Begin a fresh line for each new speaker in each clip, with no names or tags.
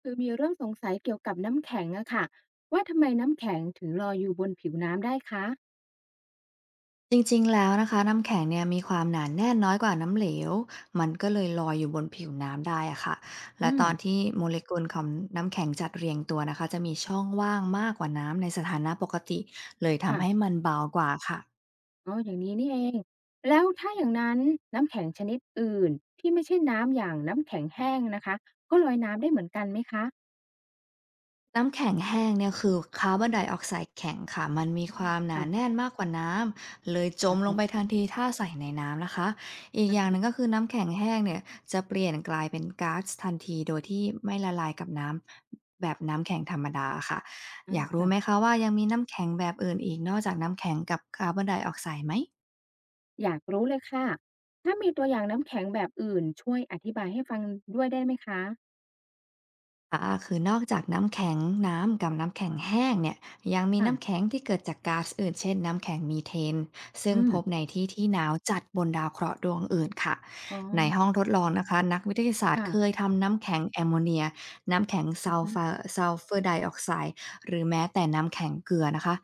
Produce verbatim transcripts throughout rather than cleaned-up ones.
คือมีเรื่องสงสัยเกี่ยวกับน้ำแข็งอะค่ะว่าทำไมน้ำแข็งถึงลอยอยู่บนผิวน้ำได้คะ
จริงๆแล้วนะคะน้ำแข็งเนี่ยมีความหนาแน่นน้อยกว่าน้ำเหลวมันก็เลยลอยอยู่บนผิวน้ำได้อะค่ะ
อื
และต
ม
อนที่โมเลกุลของน้ำแข็งจัดเรียงตัวนะคะจะมีช่องว่างมากกว่าน้ำในสถานะปกติเลยทำให้
ค่ะ
มันเบากว่าค่ะ
อ๋ออย่างนี้นี่เองแล้วถ้าอย่างนั้นน้ำแข็งชนิดอื่นที่ไม่ใช่น้ำอย่างน้ำแข็งแห้งนะคะก็ลอยน้ำได้เหมือนกันไหมคะ
น้ำแข็งแห้งเนี่ยคือคาร์บอนไดออกไซด์แข็งค่ะ มันมี
อื
ค
ม
วามหนา
ค่ะ
แน่นมากกว่าน้ำ เลยจมล
อ๋
ง
อ
ไปทันทีถ้าใส่ในน้ำนะคะ อีก
อา
อย่างหนึ่งก็
ฮะ
คือน้ำแข็งแห้งเนี่ยจะเปลี่ยนกลายเป็นก๊าซทันทีโดยที่ไม่ละลายกับน้ำแบบน้ำแข็งธรรมดาค่ะ
อ้า
อยา
ว
กรู้ไหม
ค่ะ
คะว่ายังมีน้ำแข็งแบบอื่นอีกนอกจากน้ำแข็งกับคาร์บอนไดออกไซด์ไหม
อยากรู้เลยค่ะถ้ามีตัวอย่างน้ำแข็งแบบอื่นช่วยอธิบายให้ฟังด้วยได้ไหมคะ
ค่ะคือนอกจากน้ำแข็งน้ำกับน้ำแข็งแห้งเนี่ยยังมี
ค่ะ
น้ำแข็งที่เกิดจากก๊าซอื่นเช่นน้ำแข็งมีเทนซึ่ง
อื
พ
ม
บในที่ที่หนาวจัดบนดาวเคราะห์ดวงอื่นค่ะ
อ๋
ในห้อ
อ
งทดลองนะคะนักวิทยาศาสตร์
ค่ะ
เคยทำน้ำแข็งแอมโมเนียน้ำแข็ง
อื
ซั
อ
ล
ฮึ
ฟาซัลเฟอร์ไดออกไซด์หรือแม้แต่น้ำแข็งเกลือนะคะ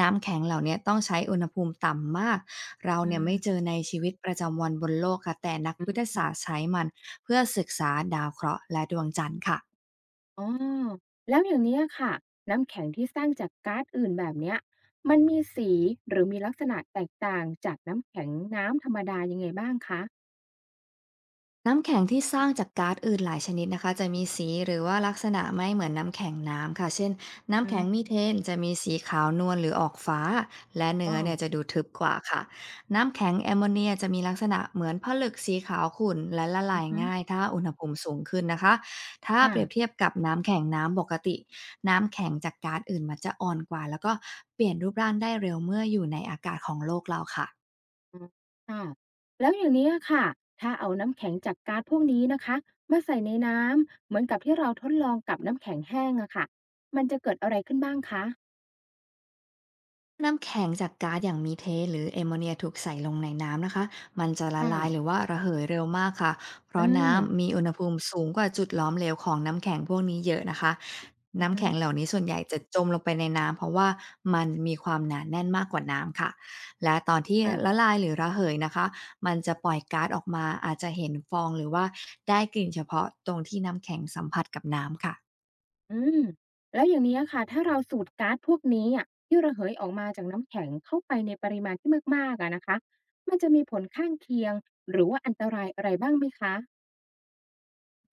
น้ำแข็งเหล่านี้ต้องใช้อุณหภูมิต่ำมากเรา
อื
เนี่ย
ม
ไม่เจอในชีวิตประจำวันบนโลกค่ะแต่นัก
อื
วิทยาศาสต
ม
ร์ใช้มันเพื่อศึกษาดาวเคราะห์และดวงจันทร์ค่ะ
อ๋อแล้วอย่างเนี้ยค่ะน้ำแข็งที่สร้างจากก๊าซอื่นแบบเนี้ยมันมีสีหรือมีลักษณะแตกต่างจากน้ำแข็งน้ำธรรมดายังไงบ้างคะ
น้ำแข็งที่สร้างจากก๊าซอื่นหลายชนิดนะคะจะมีสีหรือว่าลักษณะไม่เหมือนน้ำแข็งน้ำค่ะเช่น
อื
น้ำแข็งมี
ม
เทนจะมีสีขาวนวลหรือออกฟ้าและ
อ๋
เนื้
อ
อเนี่ยจะดูทึบกว่าค่ะน้ำแข็งแอมโมเนียจะมีลักษณะเหมือนผลึกสีขาวขุ่นและละ
อื
ลา
อ
ย
ฮึ
ง่ายถ้าอุณหภูมิสูงขึ้นนะคะถ้าเป
ค่ะ
รียบเทียบกับน้ำแข็งน้ำปกติน้ำแข็งจากก๊าซอื่นมันจะอ่อนกว่าแล้วก็เปลี่ยนรูปร่างได้เร็วเมื่ออยู่ในอากาศของโลกเราค่ะ
อืมค่ะแล้วอย่างนี้อะค่ะถ้าเอาน้ำแข็งจากก๊าซพวกนี้นะคะมาใส่ในน้ำเหมือนกับที่เราทดลองกับน้ำแข็งแห้งอะค่ะมันจะเกิดอะไรขึ้นบ้างคะ
น้ำแข็งจากก๊าซอย่างมีเทนหรือแอมโมเนียถูกใส่ลงในน้ำนะคะมันจะละ
ค่ะ
ลายหรือว่าระเหยเร็วมากค่ะเพ
อื
ราะ
ม
น้ำมีอุณหภูมิสูงกว่าจุดล้อมเหลวของน้ำแข็งพวกนี้เยอะนะคะ
อือ
น้ำ
ฮึ
แข็งเหล่านี้ส่วนใหญ่จะจมลงไปในน้ำเพราะว่ามันมีความหนาแน่นมากกว่าน้ำค่ะและตอนที่ละ
ค่ะ
ลายหรือระเหยนะคะมันจะปล่อยก๊าซออกมาอาจจะเห็นฟองหรือว่าได้กลิ่นเฉพาะตรงที่น้ำแข็งสัมผัสกับน้ำค่ะ
อืมแล้วอย่างนี้ยค่ะถ้าเราสูดก๊าซพวกนี้อะที่ระเหยออกมาจากน้ำแข็งเข้าไปในปริมาณที่มากๆอะนะคะมันจะมีผลข้างเคียงหรือว่าอันตรายอะไรบ้างไหมคะ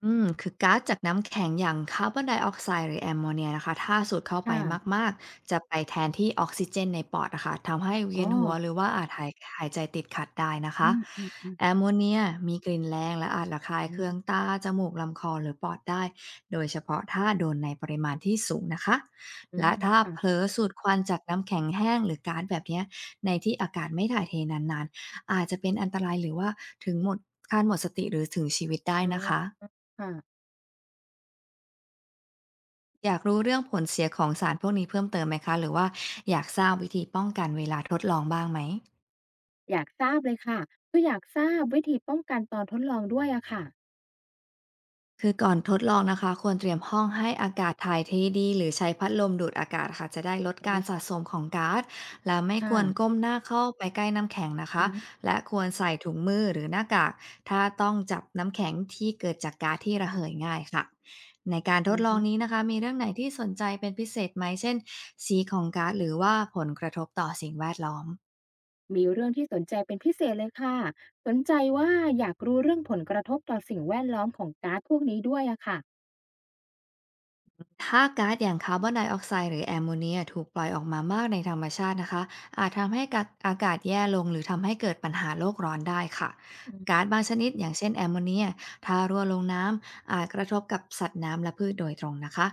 อืม คือก๊าซจากน้ำแข็งอย่างคาร์บอนไดออกไซด์หรือแอมโมเนียนะคะ ถ้าสูดเข้าไป
ค่ะ
มากๆ จะไปแทนที่ออกซิเจนในปอดนะคะ ทำให้เวี
อ๋อ
ยนหัวหรือว่าอาจหายหายใจติดขัดได้นะ
อื
คะ
มอืมอืม
แอม
อื
โม
ม
เนียมีกลิ่นแรงและอาจระคาย
อื
เคื
ม
องตาจมูก ลำคอหรือปอดได้ โดยเฉพาะถ้าโดนในปริมาณที่สูงนะคะ
อืม
และถ้าเผล
ค่ะ
อสูดควันจากน้ำแข็งแห้งหรือก๊าซแบบเนี้ยในที่อากาศไม่ถ่ายเทนานๆอาจจะเป็นอันตรายหรือว่าถึงหมดการหมดสติหรือถึงชีวิตได้
อ๋อ
นะคะ
ค่ะ
อยากรู้เรื่องผลเสียของสารพวกนี้เพิ่มเติมไหมคะหรือว่าอยากทราบวิธีป้องกันเวลาทดลองบ้างไหม
อยากทราบเลยค่ะก็อยากทราบวิธีป้องกันตอนทดลองด้วยอะค่ะ
คือก่อนทดลองนะคะควรเตรียมห้องให้อากาศถ่ายเทดีหรือใช้พัดลมดูดอากาศค่ะจะได้ลดการ
อื
สะ
ม
สมของก๊าซและไม่ควร
ค่ะ
ก้มหน้าเข้าไปใกล้น้ำแข็งนะ
อื
คะ
ม
และควรใส่ถุงมือหรือหน้ากากถ้าต้องจับน้ำแข็งที่เกิดจากก๊าซที่ระเหยง่ายค่ะในการท
อื
ด
ม
ลอ
ฮึ
งนี้นะคะมีเรื่องไหนที่สนใจเป็นพิเศษไหมเช่นสีของก๊าซหรือว่าผลกระทบต่อสิ่งแวดล้อม
มีเรื่องที่สนใจเป็นพิเศษเลยค่ะสนใจว่าอยากรู้เรื่องผลกระทบต่อสิ่งแวดล้อมของก๊าซพวกนี้ด้วยอะค่ะ
ถ้าก๊าซอย่างคาร์บอนไดออกไซด์หรือแอมโมเนียถูกปล่อยออกมามากในธรรมชาตินะคะอาจทำให้กะอากาศแย่ลงหรือทำให้เกิดปัญหาโลกร้อนได้ค่ะ
อืม
ก๊าซบางชนิดอย่างเช่นแอมโมเนียถ้ารั่วลงน้ำอาจกระทบกับสัตว์น้ำและพืชโดยตรงนะคะ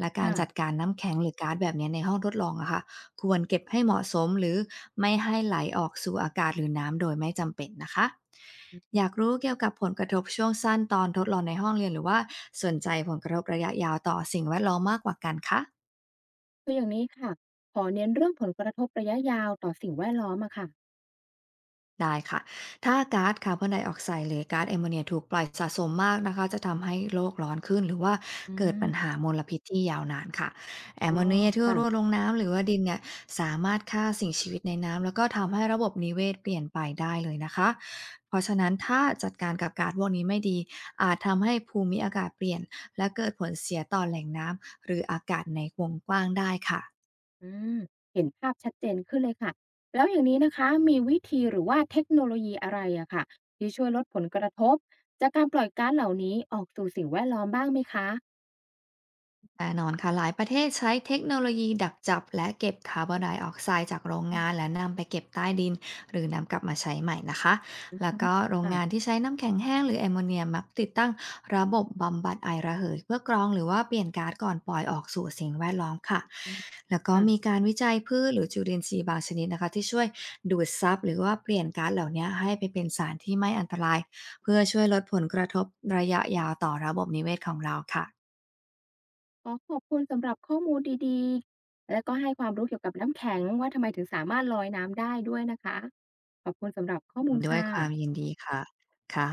และการจัด
ค่ะ
การน้ำแข็งหรือก๊าซแบบนี้ในห้องทดลองอะค่ะ ควรเก็บให้เหมาะสมหรือไม่ให้ไหลออกสู่อากาศหรือน้ำโดยไม่จำเป็นนะคะ อยากรู้เกี่ยวกับผลกระทบช่วงสั้นตอนทดลองในห้องเรียนหรือว่าสนใจผลกระทบระยะยาวต่อสิ่งแวดล้อมมากกว่ากันคะ
คืออย่างนี้ค่ะขอเน้นเรื่องผลกระทบระยะยาวต่อสิ่งแวดล้อมอะค่ะ
ได้ค่ะ ถ้าก๊าซคาร์บอนไดออกไซด์หรือก๊าซแอมโมเนียถูกปล่อยสะสมมากนะคะ จะทำให้โลกร้อนขึ้นหรือว่า
อื
เกิดปั
ม
ญหามลพิษที่ยาวนานค่ะแอม
อ๋อ
โมเนียที่
ค่ะ
รั่วลงน้ำหรือว่าดินเนี่ยสามารถฆ่าสิ่งชีวิตในน้ำแล้วก็ทำให้ระบบนิเวศเปลี่ยนไปได้เลยนะคะ เพราะฉะนั้นถ้าจัดการกับก๊าซพวกนี้ไม่ดีอาจทำให้ภูมิอากาศเปลี่ยนและเกิดผลเสียต่อแหล่งน้ำหรืออากาศในวงกว้างได้ค่ะ
อืมเห็นภาพชัดเจนขึ้นเลยค่ะแล้วอย่างนี้นะคะมีวิธีหรือว่าเทคโนโลยีอะไรอะค่ะที่ช่วยลดผลกระทบจากการปล่อยก๊าซเหล่านี้ออกสู่สิ่งแวดล้อมบ้างไหมคะ
แน่นอนค่ะหลายประเทศใช้เทคโนโลยีดักจับและเก็บคาร์บอนไดออกไซด์จากโรง
อื
งาน
ม
และนำไปเก็บใต้ดินหรือนำกลับมาใช้ใหม่นะคะ
อื
แล้ว
ม
ก็โรงงาน
ค่ะ
ที่ใช้น้ำแข็งแห้งหรือแอมโมเนียมักติดตั้งระบบบำบัดไอระเหยเพื่อกรองหรือว่าเปลี่ยนก๊าซก่อนปล่อยออกสู่สิ่งแวดล้อมค่ะ
อืม
แล้วก็มี
ค่ะ
การวิจัยพืชหรือจุลินทรีย์บางชนิดนะคะที่ช่วยดูดซับหรือว่าเปลี่ยนก๊าซเหล่านี้ให้ไปเป็นสารที่ไม่อันตรายเพื่อช่วยลดผลกระทบระยะยาวต่อระบบนิเวศของเราค่ะ
ขอขอบคุณสำหรับข้อมูลดีๆและก็ให้ความรู้เกี่ยวกับน้ำแข็งว่าทำไมถึงสามารถลอยน้ำได้ด้วยนะคะขอบคุณสำหรับข้อมูล
ด้วย
ค่ะ
ความยินดีค่ะค่ะ